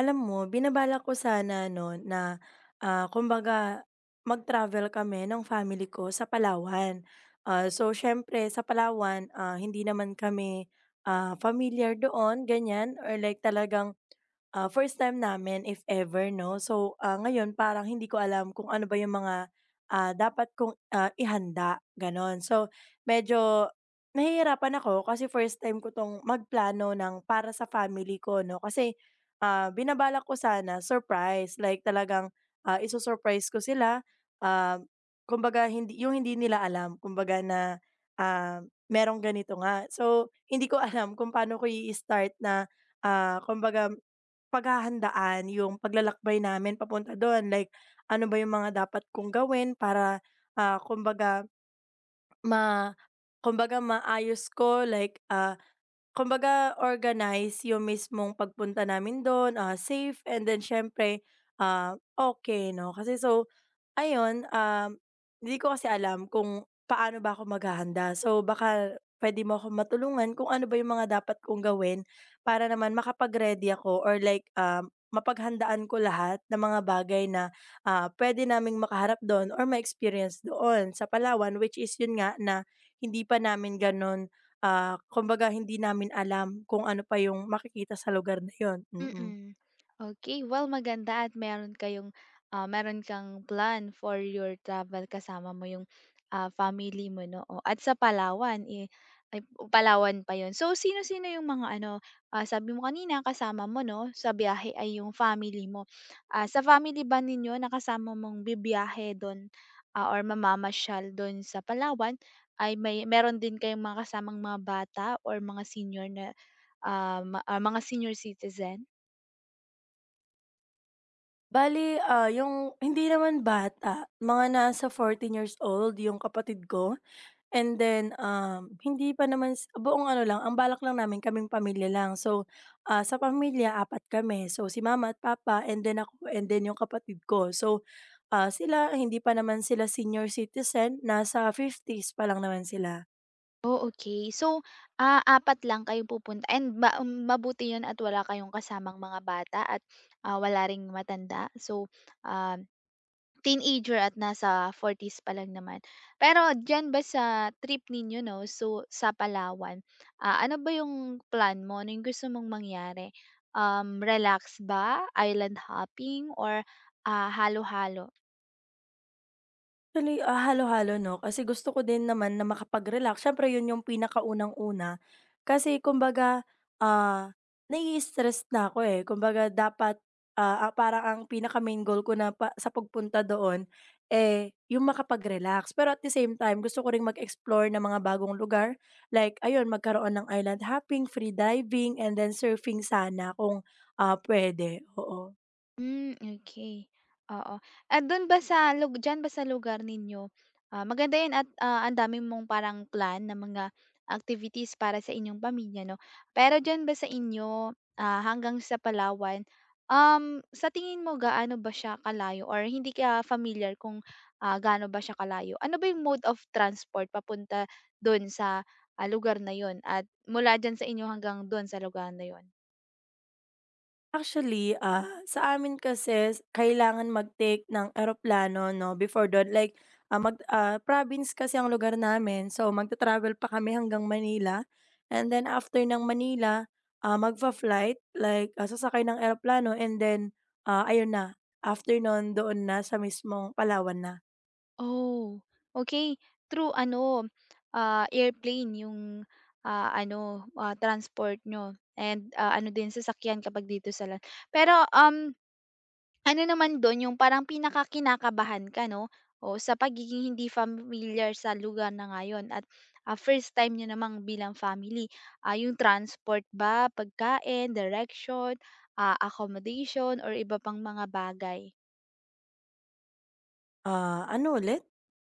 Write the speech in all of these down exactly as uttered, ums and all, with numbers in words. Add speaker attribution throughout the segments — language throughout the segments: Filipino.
Speaker 1: Alam mo, binabalak ko sana 'no na, ah, kumbaga mag-travel kami ng family ko sa Palawan. Ah, so siyempre sa Palawan, ah, hindi naman kami ah, familiar doon ganyan or like talagang ah, first time namin if ever 'no. So ah, ngayon parang hindi ko alam kung ano ba yung mga ah, dapat kong ah, ihanda gano'n. So medyo nahihirapan ako kasi first time ko 'tong magplano ng para sa family ko 'no, kasi Ah, binabalak ko sana surprise, like talagang ah, isu ko sila, um, kumbaga hindi yung hindi nila alam kumbaga na ah, merong ganito nga. So, hindi ko alam kung paano ko i-start na, ah, kumbaga paghahandaan yung paglalakbay namin papunta doon, like ano ba yung mga dapat kong gawin para ah, kumbaga ma kumbaga maayos ko like, ah Kumbaga organize yung mismong pagpunta namin dun ah, safe, and then siyempre ah, okay 'no. Kasi so ayun, um, hindi ko kasi alam kung paano ba ako maghahanda. So baka puwede mo ako matulungan kung ano ba yung mga dapat kong gawin para naman makapag-ready ako or like um, mapaghandaan ko lahat ng mga bagay na ah, puwede naming makaharap do'n or ma-experience doon sa Palawan. Which is yun nga na hindi pa namin gano'n, ah, kumbaga hindi namin alam kung ano pa yung makikita sa lugar na yun. Mm. Mm.
Speaker 2: Mm. okay Well, maganda at meron kayong, ah, meron kang plan for your travel kasama mo yung, ah, family mo 'no, oh, at sa Palawan, eh, ay Palawan pa yon. So, sino-sino yung mga ano, ah, sabi mo kanina kasama mo 'no, sa biyahe ay yung family mo. Ah, sa family ba ninyo na kasama mong bibiyahe dun, ah, or mamamasyal dun sa Palawan ay may meron din kayong mga kasamang mga bata or mga senior na, ah, ma ah, mga senior citizen?
Speaker 1: Bali ah, yung hindi naman bata, mga nasa fourteen years old yung kapatid ko, and then um, hindi pa naman s buong ano lang, ang balak lang namin kaming pamilya lang. So ah, sa pamilya apat kami. So, si mama at papa and then ako and then yung kapatid ko. So ah, sila hindi pa naman sila senior citizen, nasa fifties pa lang naman sila.
Speaker 2: Oh, okay. So, ah, apat lang kayong pupunta and ba um mabuti 'yun at wala kayong kasamang mga bata at, ah, wala ring matanda. So, um, teenager at nasa forties pa lang naman. Pero diyan ba sa trip ninyo 'no, so sa Palawan, ah, ano ba yung plan mo? Ano yung gusto mong mangyari? Um, relax ba, island hopping or, ah, halo-halo?
Speaker 1: Actually ah, halo-halo 'no, kasi gusto ko din naman na makapag-relax, siyempre yun yung pinakaunang-una. Kasi kumbaga ah, nai-stress na ako, eh, kumbaga dapat, ah, ah, parang ang pinaka-main goal ko na pa sa pagpunta doon, eh, yung makapag-relax. Pero at the same time gusto ko ring mag-explore ng mga bagong lugar, like ayun, magkaroon ng island hopping, free diving, and then surfing sana kung ah, puwede, oo.
Speaker 2: Hmm, okey, oo. At do'n ba sa lug diyan ba sa lugar ninyo, ah, maganda 'yan at, ah, ang dami mong parang plan na mga activities para sa inyong pamilya 'no. Pero diyan ba sa inyo, ah, hanggang sa Palawan, um, sa tingin mo gaano ba siya kalayo or hindi ka familiar kung, ah, gaano ba siya kalayo? Ano ba yung mode of transport papunta do'n sa, ah, lugar na 'yon at mula diyan sa inyo hanggang do'n sa lugar na 'yon?
Speaker 1: Actually ah, sa amin kasi s- kailangan mag-take ng eroplano 'no, before do'n like, ah, mag ah, province kasi ang lugar namin, so magta-travel pa kami hanggang Manila, and then after ng Manila ah, magfa-flight, like ah, sasakay ng eroplano, and then ah, ayun na, after no'n doon na sa mismong Palawan na.
Speaker 2: Oh, okay. Through ano, ah, airplane yung, ah, ano, ah, transport niyo and, ah, ano din sasakyan kapag dito sa land. Pero, um, ano naman dun yung parang pinakakinakabahan ka 'no, o sa pagiging hindi familiar sa lugar na ngayon at, ah, first time niyo namang bilang family, ah, yung transport ba, pagkain, direction, ah, accommodation or iba pang mga bagay?
Speaker 1: Ah, ano ulit?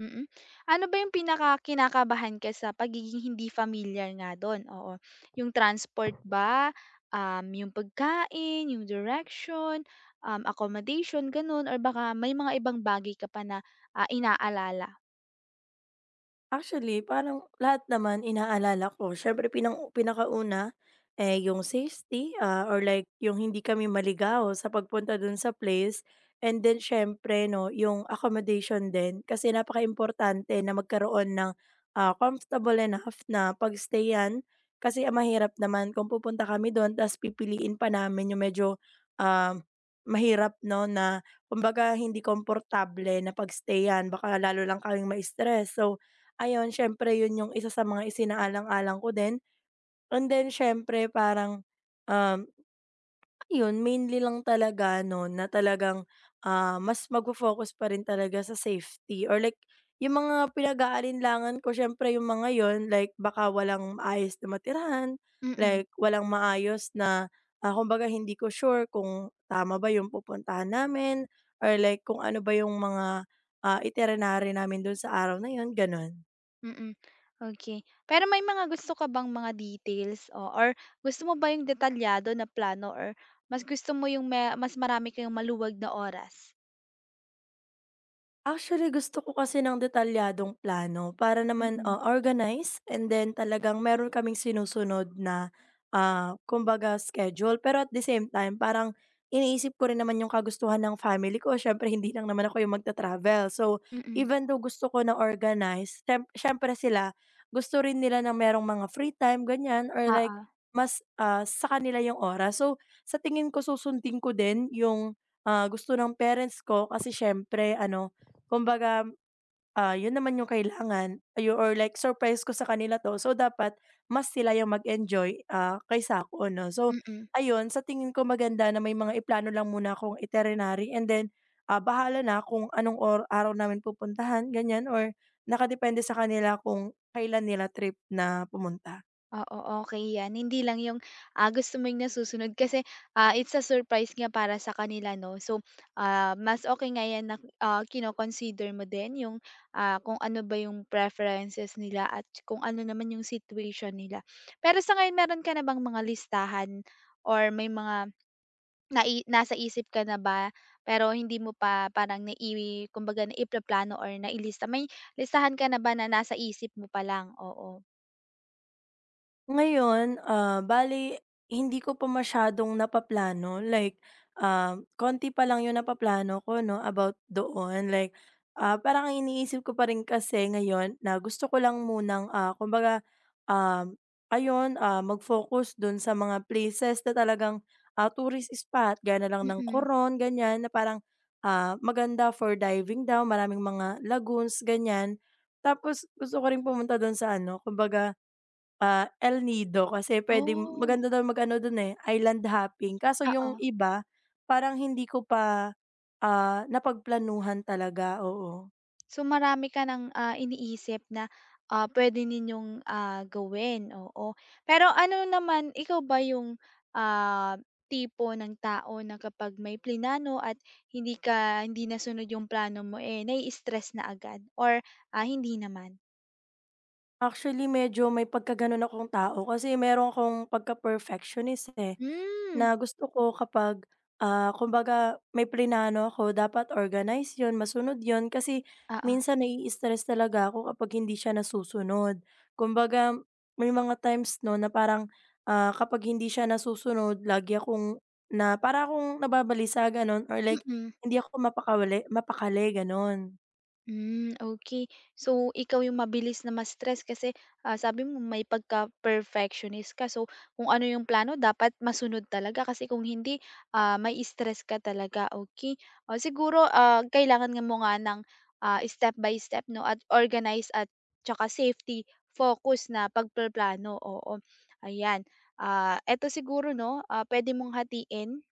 Speaker 2: Mm. Ano ba yung pinakakinakabahan ka sa pagiging hindi familiar nga dun? Oo, yung transport ba, um, yung pagkain, yung direction, um, accommodation, ganun or baka may mga ibang bagay ka pa na, ah, inaalala?
Speaker 1: Actually, parang lahat naman inaalala ko. Siyempre pinang pinakauna, eh, yung safety, ah, or like yung hindi kami maligaw sa pagpunta dun sa place. And then siyempre 'no, yung accommodation din, kasi napaka importante na magkaroon ng ah, comfortable enough na pag-stayan. Kasi ang mahirap naman kung pupunta kami dun ta's pipiliin pa namin yung medyo um, mahirap 'no, na kumbaga hindi komportable na pag-stayan, baka lalo lang kaming ma-stress. So ayun, siyempre yun yung isa sa mga isinaalang-alang ko din, and then siyempre parang um, ayun mainly lang talaga ano na talagang ah, mas magfo-focus pa rin talaga sa safety, or like yung mga pinag-aalinlangan ko siyempre yung mga yon, like baka walang maayos na matirahan,
Speaker 2: Mm,
Speaker 1: like walang maayos na ah, kumbaga hindi ko sure kung tama ba yung pupuntahan namin, or like kung ano ba yung mga ah, itinerary namin dun sa araw na yon, ganun.
Speaker 2: mm. Okey. Pero may mga gusto ka bang mga details o or gusto mo ba yung detalyado na plano or mas gusto mo yung me mas marami kayong maluwag na oras?
Speaker 1: Actually, gusto ko kasi ng detalyadong plano para naman
Speaker 2: Mm,
Speaker 1: ah, organize, and then talagang meron kaming sinusunod na ah, kumbaga schedule. Pero at the same time, parang iniisip ko rin naman yung kagustuhan ng family ko. Siyempre hindi lang naman ako yung magta-travel. So,
Speaker 2: mm.
Speaker 1: even though gusto ko na organize, siyem siyempre sila gusto rin nila na merong mga free time, ganyan or like
Speaker 2: Oo,
Speaker 1: mas ah, sa kanila yung oras. So, sa tingin ko susundin ko din yung ah, gusto ng parents ko kasi siyempre ano, kumbaga ah, yun naman yung kailangan ayu or like surprise ko sa kanila 'to, so dapat mas sila yung mag-enjoy ah, kaysa ako 'no. So
Speaker 2: mm.
Speaker 1: ayun, sa tingin ko maganda na may mga iplano lang muna akong itinerary, and then ah, bahala na kung anong or araw namin pupuntahan, ganyan, or nakadepende sa kanila kung kailan nila trip na pumunta.
Speaker 2: Ah, oo, okay 'yan. Hindi lang 'yung, ah, gusto mo 'yung nasusunod kasi, ah, it's a surprise nga para sa kanila 'no. So, ah, mas okay nga 'yan na, ah, kino-consider mo din 'yung, ah, kung ano ba 'yung preferences nila at kung ano naman 'yung situation nila. Pero sa ngayon meron ka na bang mga listahan or may mga nai nasa isip ka na ba pero hindi mo pa parang nai kumbaga naiplano or nailista? May listahan ka na ba na nasa isip mo pa lang? Oo.
Speaker 1: Ngayon ah, bali hindi ko pa masyadong napaplano like ah, konti pa lang yung napaplano ko 'no about doon, like ah, parang ang iniisip ko pa rin kasi ngayon na gusto ko lang munang ah, kumbaga, um, ayun ah, mag-focus dun sa mga places na talagang ah, tourist spot gaya na lang ng
Speaker 2: Mm.
Speaker 1: Coron, ganyan na parang ah, maganda for diving daw, maraming mga lagoons ganyan. Tapos gusto ko rin pumunta dun sa ano, kumbaga Ah, El Nido, kasi puwedeng
Speaker 2: Oh.
Speaker 1: maganda daw mag-ano dun, eh, island hopping, kaso yung
Speaker 2: Oo.
Speaker 1: iba parang hindi ko pa ah, napagplanuhan talaga, oo.
Speaker 2: So, marami ka ng, ah, iniisip na, ah, puwede ninyong, ah, gawin, oo. Pero ano naman, ikaw ba yung, ah, tipo ng tao na kapag may plinano at hindi ka hindi nasunod yung plano mo, eh, nai-stress na agad or, ah, hindi naman?
Speaker 1: Actually medyo may pagkagano'n akong tao, kasi meron akong pagka-perfectionist, eh.
Speaker 2: Hmm,
Speaker 1: Na gusto ko kapag ah, kumbaga may plinano ako, dapat organize 'yun, masunod 'yun, kasi
Speaker 2: oo,
Speaker 1: minsan nai-stress talaga ako kapag hindi siya nasusunod. Kumbaga may mga times 'no na parang ah, kapag hindi siya nasusunod, lagi akong, na para akong nababalisa gano'n, or like
Speaker 2: mm.
Speaker 1: hindi ako mapakawali mapakali gano'n.
Speaker 2: Hmm, okay. So, ikaw yung mabilis na ma-stress kasi, ah, sabi mo may pagka-perfectionist ka. So, kung ano yung plano dapat masunod talaga kasi kung hindi, ah, may stress ka talaga, okay. O siguro, ah, kailangan nga mo nga ng, ah, step by step 'no at organize at tsaka safety focus na pagpaplano, oo, ayan. Ah, eto siguro 'no, ah, pwede mong hatiin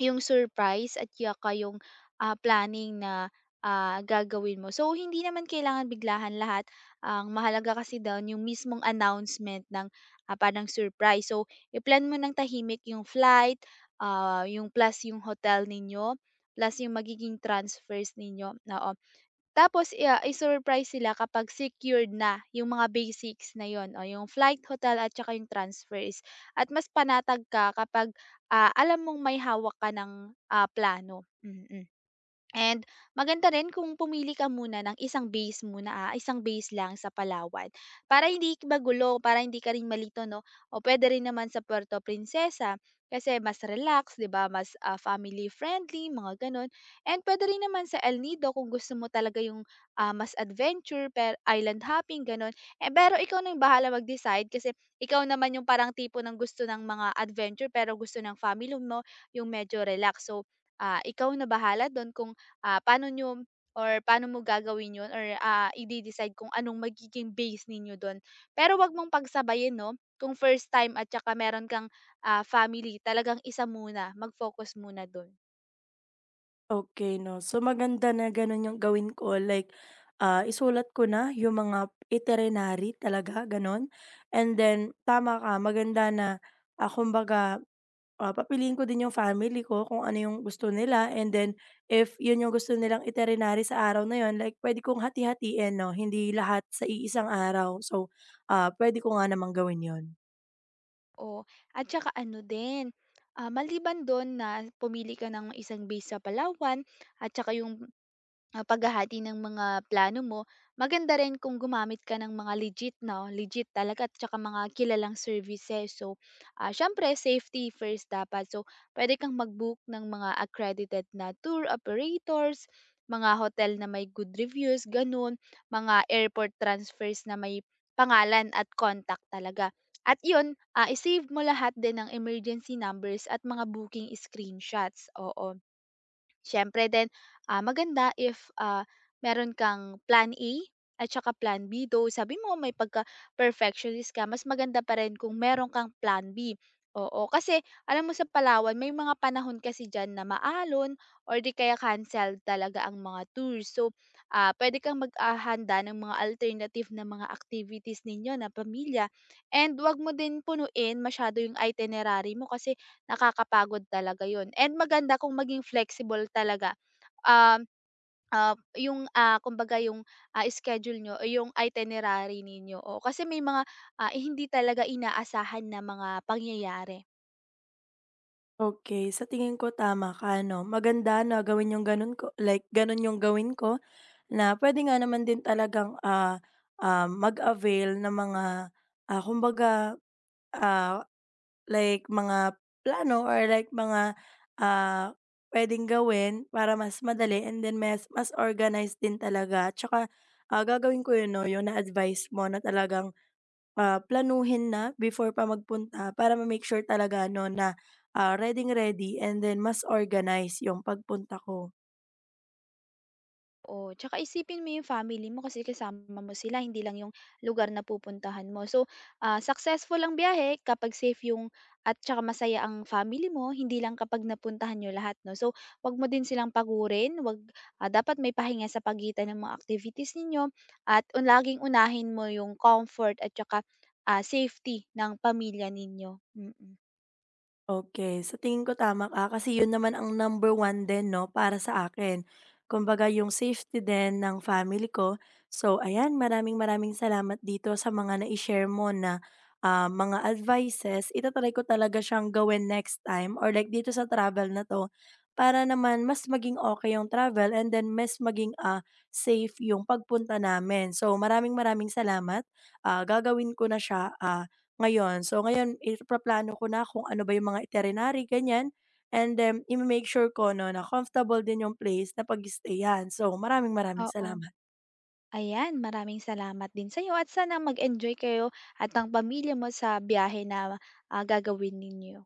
Speaker 2: yung surprise at tsaka yung, ah, planning na, ah, gagawin mo. So, hindi naman kailangan biglahan lahat, ang mahalaga kasi do'n yung mismong announcement ng, ah, parang surprise. So, i-plan mo ng tahimik yung flight, ah, yung plus yung hotel ninyo, plus yung magiging transfers ninyo, oo. Tapos i ah, i-surprise sila kapag secured na yung mga basics na yon o yung flight, hotel at tsaka yung transfers. At mas panatag ka kapag, ah, alam mong may hawak ka ng, ah, plano, mm. Mm. And maganda rin kung pumili ka muna ng isang base muna, ah, isang base lang sa Palawan para hindi magulo, para hindi ka rin malito 'no. O puwede rin naman sa Puerto Princesa kasi mas relax 'di ba, mas, ah, family friendly mga gano'n. And puwede rin naman sa El Nido kung gusto mo talaga yung, ah, mas adventure per island hopping gano'n. Eh, pero ikaw na yung bahala mag-decide kasi ikaw naman yung parang tipo ng gusto ng mga adventure pero gusto ng family mo yung medyo relax. So, ah, ikaw na bahala do'n kung ah, paano niyo or paano mo gagawin 'yun or, ah, ide-decide kung anong magiging base ninyo do'n. Pero wag mong pagsabayin 'no, kung first time at saka meron kang, ah, family talagang isa muna, mag-focus muna do'n.
Speaker 1: Okay 'no. So, maganda na gano'n yung gawin ko like ah, isulat ko na yung mga itinerary talaga gano'n. And then tama ka, maganda na ah, kumbaga ah, papiliin ko din yung family ko kung ano yung gusto nila, and then if yun yung gusto nilang itinerary sa araw na yun, like puwede kong hati-hatiin 'no, hindi lahat sa iisang araw. So ah, puwede ko nga namang gawin yun.
Speaker 2: Oo, at saka ano din, ah, maliban do'n na pumili ka ng isang base sa Palawan at saka yung ah, paghahati ng mga plano mo, maganda rin kung gumamit ka ng mga legit, no? Legit talaga at saka mga kilalang services. So, ah syempre, safety first dapat. So, pwede kang mag-book ng mga accredited na tour operators, mga hotel na may good reviews, ganun, mga airport transfers na may pangalan at contact talaga. At yun, ah, isave mo lahat din ng emergency numbers at mga booking screenshots. Oo. Siyempre din, ah, maganda if, ah, meron kang plan A at saka plan B, though sabi mo may pagka-perfectionist ka, mas maganda pa rin kung meron kang plan B, oo. Kasi alam mo sa Palawan may mga panahon kasi diyan na maalon or di kaya cancel talaga ang mga tours. So, ah, pwede kang mag, ah, ng mga alternative na mga activities ninyo na pamilya and 'wag mo din punuin masyado yung itinerary mo kasi nakakapagod talaga yun and maganda kung maging flexible talaga, um, ah, yung, ah, kumbaga yung, ah, schedule niyo o yung itinerary ninyo, o kasi may mga, ah, eh, hindi talaga inaasahan na mga pangyayari.
Speaker 1: Okay, sa tingin ko tama ka 'no, maganda na gawin yung gano'n ko, like gano'n yung gawin ko, na pwede nga naman din talagang, ah, ah, mag-avail ng mga ah, kumbaga ah, like mga plano or like mga ah, puwedeng gawin para mas madali, and then mas mas organized din talaga. Tsaka ah, gagawin ko 'yun 'no, yung na-advice mo na talagang Ah, planuhin na before pa magpunta para ma-make sure talaga 'no na ah, reading-ready, and then mas organize yung pagpunta ko.
Speaker 2: Oo, tsaka isipin mo yung family mo kasi kasama mo sila hindi lang yung lugar na pupuntahan mo. So, ah, successful ang biyahe kapag safe yung at tsaka masaya ang family mo, hindi lang kapag napuntahan niyo lahat 'no. So, 'wag mo din silang pagurin, 'wag ah, dapat may pahinga sa pagitan ng mga activities ninyo at un laging unahin mo yung comfort at tsaka, ah, safety ng pamilya ninyo, mm.
Speaker 1: Okay, sa tingin ko tama ka kasi yun naman ang number one din 'no, para sa akin. Kumbaga yung safety din ng family ko. So ayan, maraming maraming salamat dito sa mga na share mo na ah, mga advices. Ita-try ko talaga siyang gawin next time or like dito sa travel na 'to para naman mas maging okay yung travel, and then mas maging ah, safe yung pagpunta namin. So maraming maraming salamat, ah, gagawin ko na siya ah ngayon, so ngayon ipaplano ko na kung ano ba yung mga itinerary ganyan, and then i make sure ko 'no na comfortable din yung place na pag stay. So maraming maraming
Speaker 2: Oo.
Speaker 1: salamat.
Speaker 2: Ayan, maraming salamat din sa iyo at sana mag-enjoy kayo at ang pamilya mo sa biyahe na, ah, gagawin ninyo.